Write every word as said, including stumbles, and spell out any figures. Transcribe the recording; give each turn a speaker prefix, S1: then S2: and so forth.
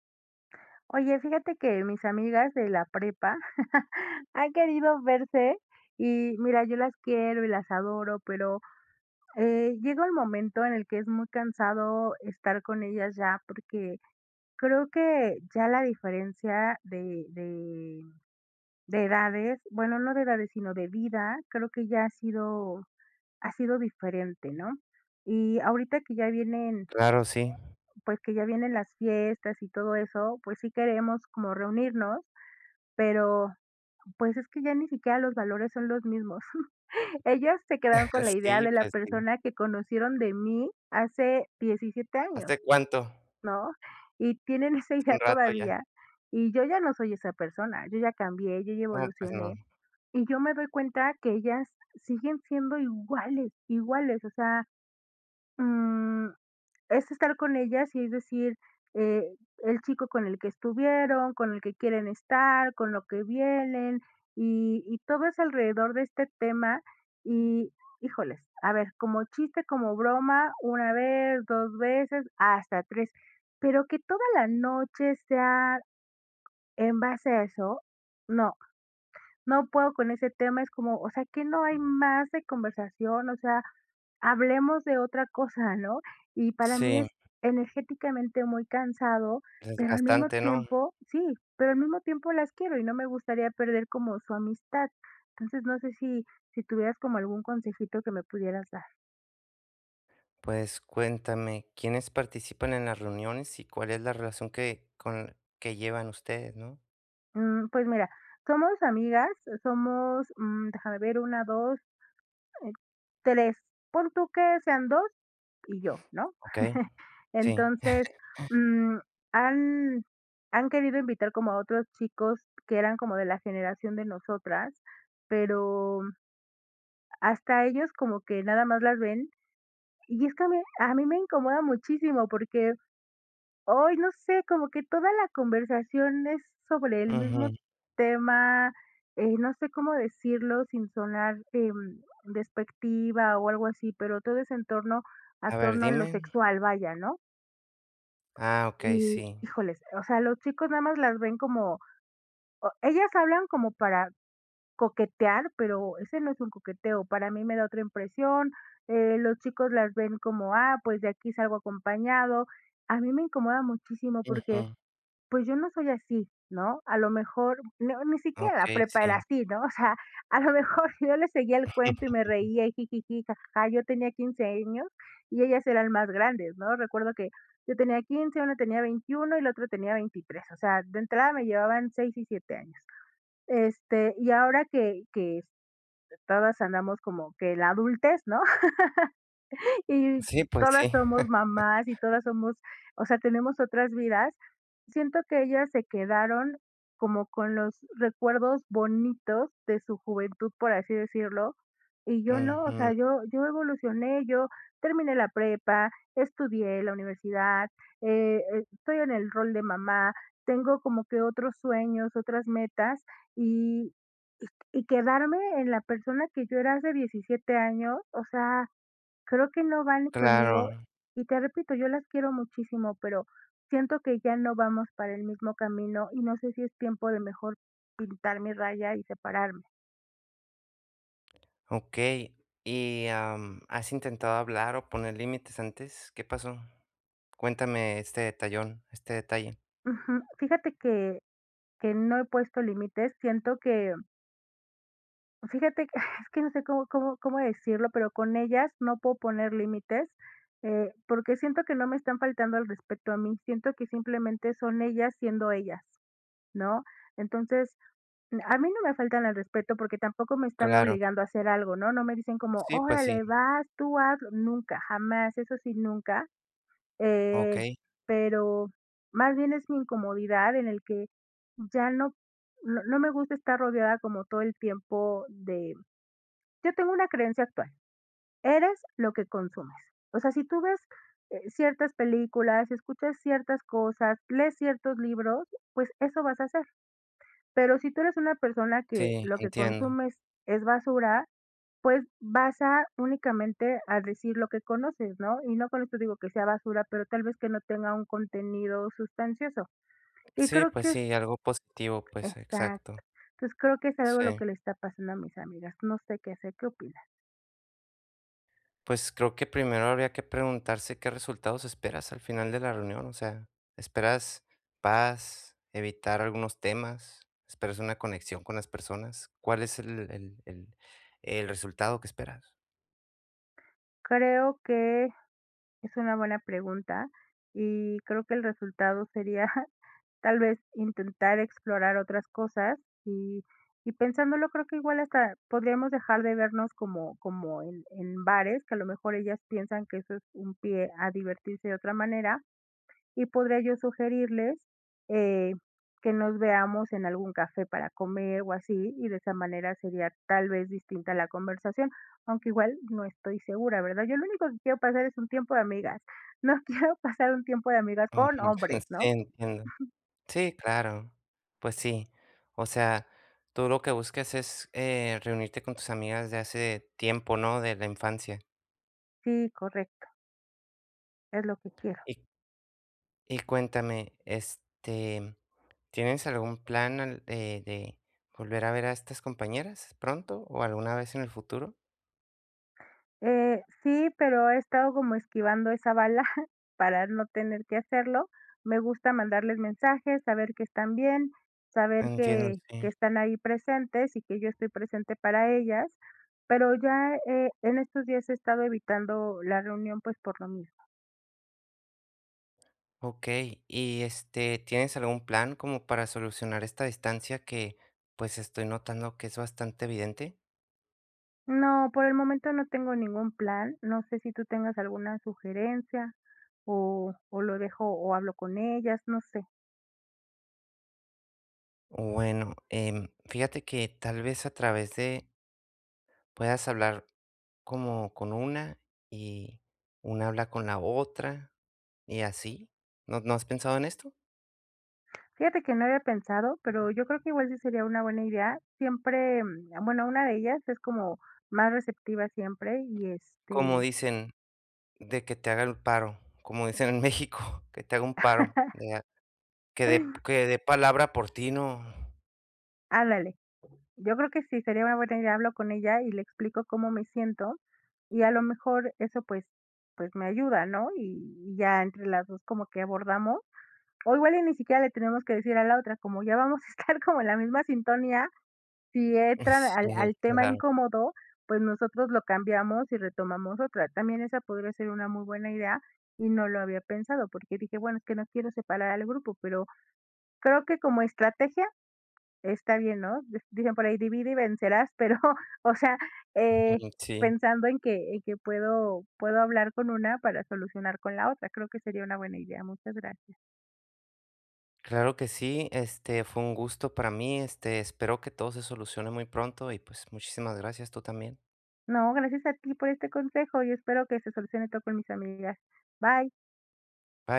S1: Oye, fíjate que mis amigas de la prepa han querido verse y mira, yo las quiero y las adoro, pero eh, llega el momento en el que es muy cansado estar con ellas ya porque creo que ya la diferencia de, de, de edades, bueno, no de edades, sino de vida, creo que ya ha sido, ha sido diferente, ¿no? Y ahorita que ya vienen,
S2: Claro, sí.
S1: pues que ya vienen las fiestas y todo eso, pues sí queremos como reunirnos, pero pues es que ya ni siquiera los valores son los mismos. Ellas se quedaron con la idea
S2: Sí,
S1: de la
S2: pues sí.
S1: persona que conocieron de mí hace diecisiete años,
S2: ¿Hace cuánto?
S1: ¿no? Y tienen esa
S2: Hace
S1: idea
S2: un rato ya.
S1: todavía. Y yo ya no soy esa persona, yo ya cambié, yo ya
S2: No, pues no.
S1: evolucioné. Y yo me doy cuenta que ellas siguen siendo iguales, iguales. O sea, mm, es estar con ellas y es decir, eh, el chico con el que estuvieron, con el que quieren estar, con lo que vienen y y todo es alrededor de este tema y, híjoles, a ver, como chiste, como broma, una vez, dos veces, hasta tres, pero que toda la noche sea en base a eso, no, no puedo con ese tema, es como, o sea, que no hay más de conversación, o sea, hablemos de otra cosa, ¿no? Y para mí
S2: Sí,
S1: es energéticamente muy cansado, pero al mismo
S2: desgastante, ¿no?
S1: tiempo sí, pero al mismo tiempo las quiero y no me gustaría perder como su amistad. Entonces, no sé si si tuvieras como algún consejito que me pudieras dar.
S2: Pues cuéntame, ¿quiénes participan en las reuniones y cuál es la relación que con que llevan ustedes, no?
S1: Mm, pues mira, somos amigas, somos, mm, déjame ver, una, dos, eh, tres. Pon tú que sean dos y yo, ¿no?
S2: Okey, sí.
S1: Entonces, mm, han han querido invitar como a otros chicos que eran como de la generación de nosotras, pero hasta ellos como que nada más las ven. Y es que a mí, a mí me incomoda muchísimo porque hoy no sé, como que toda la conversación es sobre el mismo
S2: Ujú.
S1: tema, eh, no sé cómo decirlo sin sonar em, despectiva o algo así, pero todo es en torno a
S2: A ver,
S1: torno a lo
S2: dime.
S1: sexual, vaya, ¿no?
S2: Ah, okey,
S1: Y,
S2: sí.
S1: híjoles, o sea, los chicos nada más las ven como o ellas hablan como para coquetear, pero ese no es un coqueteo, para mí me da otra impresión, eh, los chicos las ven como, ah, pues de aquí salgo acompañado. A mí me incomoda muchísimo porque
S2: Ujú.
S1: pues yo no soy así, ¿no? A lo mejor, no, ni siquiera la
S2: Okey,
S1: prepa era
S2: sí.
S1: así, ¿no? O sea, a lo mejor yo le seguía el cuento y me reía y jijiji, jajaja. Yo tenía quince años y ellas eran más grandes, ¿no? Recuerdo que yo tenía quince, una tenía veintiuno y la otra tenía veintitrés. O sea, de entrada me llevaban seis y siete años. Este, y ahora que, que este, todas andamos como que en la adultez, ¿no? Y
S2: Sí, pues
S1: todas
S2: sí.
S1: somos mamás y todas somos, o sea, tenemos otras vidas. Siento que ellas se quedaron como con los recuerdos bonitos de su juventud, por así decirlo, y yo no, o
S2: Ujú.
S1: sea, yo yo evolucioné, yo terminé la prepa, estudié la universidad, eh, eh, estoy en el rol de mamá, tengo como que otros sueños, otras metas y y y quedarme en la persona que yo era hace diecisiete años, o sea, creo que no van conmigo
S2: Claro.
S1: y te repito, yo las quiero muchísimo, pero siento que ya no vamos para el mismo camino y no sé si es tiempo de mejor pintar mi raya y separarme.
S2: Okey. Y, am, ¿has intentado hablar o poner límites antes? ¿Qué pasó? Cuéntame este detallón, este detalle.
S1: Ujú. Fíjate que que no he puesto límites, siento que fíjate que es que no sé cómo cómo cómo decirlo, pero con ellas no puedo poner límites, eh, porque siento que no me están faltando al respeto a mí, siento que simplemente son ellas siendo ellas, ¿no? Entonces a mí no me faltan al respeto porque tampoco me están
S2: Claro.
S1: obligando a hacer algo, ¿no? No me dicen como:
S2: Sí, pues sí.
S1: "Órale, vas, tú hazlo", nunca, jamás, eso sí, nunca, eh,
S2: Okey.
S1: pero más bien es mi incomodidad en el que ya no no no me gusta estar rodeada como todo el tiempo de, yo tengo una creencia actual: eres lo que consumes. O sea, si tú ves, eh, ciertas películas, escuchas ciertas cosas, lees ciertos libros, pues eso vas a hacer. Pero si tú eres una persona que
S2: Sí,
S1: lo que
S2: entiendo.
S1: consumes es basura, pues vas a únicamente a decir lo que conoces, ¿no? Y no con esto digo que sea basura, pero tal vez que no tenga un contenido sustancioso. Y
S2: Sí,
S1: creo
S2: pues
S1: que es
S2: sí, algo positivo, pues, exacto.
S1: exacto. Entonces creo que es algo lo
S2: Sí.
S1: que le está pasando a mis amigas. No sé qué hacer, ¿qué opinas?
S2: Pues creo que primero habría que preguntarse qué resultados esperas al final de la reunión, o sea, ¿esperas paz, evitar algunos temas, esperas una conexión con las personas? ¿Cuál es el el el el resultado que esperas?
S1: Creo que es una buena pregunta, y creo que el resultado sería tal vez intentar explorar otras cosas y y pensándolo, creo que igual hasta podríamos dejar de vernos como como en en bares, que a lo mejor ellas piensan que eso es un pie a divertirse de otra manera, y podría yo sugerirles, eh, que nos veamos en algún café para comer o así, y de esa manera sería tal vez distinta la conversación, aunque igual no estoy segura, ¿verdad? Yo lo único que quiero pasar es un tiempo de amigas, no quiero pasar un tiempo de amigas
S2: Ujú.
S1: con
S2: Sí,
S1: hombres, ¿no?
S2: entiendo. Sí, claro. Pues sí. O sea, tú lo que buscas es, eh, reunirte con tus amigas de hace tiempo, ¿no? De la infancia.
S1: Sí, correcto, es lo que quiero.
S2: Y y cuéntame, este, ¿tienes algún plan al de de volver a ver a estas compañeras pronto o alguna vez en el futuro?
S1: Eh, sí, pero he estado como esquivando esa bala para no tener que hacerlo. Me gusta mandarles mensajes, saber que están bien, saber
S2: Entiendo,
S1: que, que
S2: sí.
S1: están ahí presentes y que yo estoy presente para ellas, pero ya eh, en estos días he estado evitando la reunión pues por lo mismo.
S2: Okey. Y, este, ¿tienes algún plan como para solucionar esta distancia que, pues, estoy notando que es bastante evidente?
S1: No, por el momento no tengo ningún plan, no sé si tú tengas alguna sugerencia o, o lo dejo o hablo con ellas, no sé.
S2: Bueno, em, fíjate que tal vez a través de puedas hablar como con una y una habla con la otra y así. ¿No, no has pensado en esto?
S1: Fíjate que no había pensado, pero yo creo que igual sí sería una buena idea. Siempre, mm, ah, bueno, una de ellas es como más receptiva siempre y
S2: Como
S1: este,
S2: dicen, de que te haga el paro, como dicen en México, que te haga un paro, de a- que dé que dé palabra por ti, ¿no?
S1: háblale. Yo creo que sí sería una buena idea, hablo con ella y le explico cómo me siento y a lo mejor eso pues, pues me ayuda, ¿no? Y, y ya entre las dos como que abordamos. O igual y ni siquiera le tenemos que decir a la otra, como ya vamos a estar como en la misma sintonía, si entran al
S2: Sí,
S1: al tema
S2: claro.
S1: incómodo, pues nosotros lo cambiamos y retomamos otra. También esa podría ser una muy buena idea y no lo había pensado, porque dije, bueno, es que no quiero separar al grupo, pero creo que como estrategia está bien, ¿no? Di Dicen por ahí: "Divide y vencerás", pero, o sea, eh,
S2: Ujú, sí.
S1: pensando en que en que puedo puedo hablar con una para solucionar con la otra, creo que sería una buena idea. Muchas gracias.
S2: Claro que sí, este fue un gusto para mí, este espero que todo se solucione muy pronto y pues muchísimas gracias tú también.
S1: No, gracias a ti por este consejo y espero que se solucione todo con mis amigas. Bye.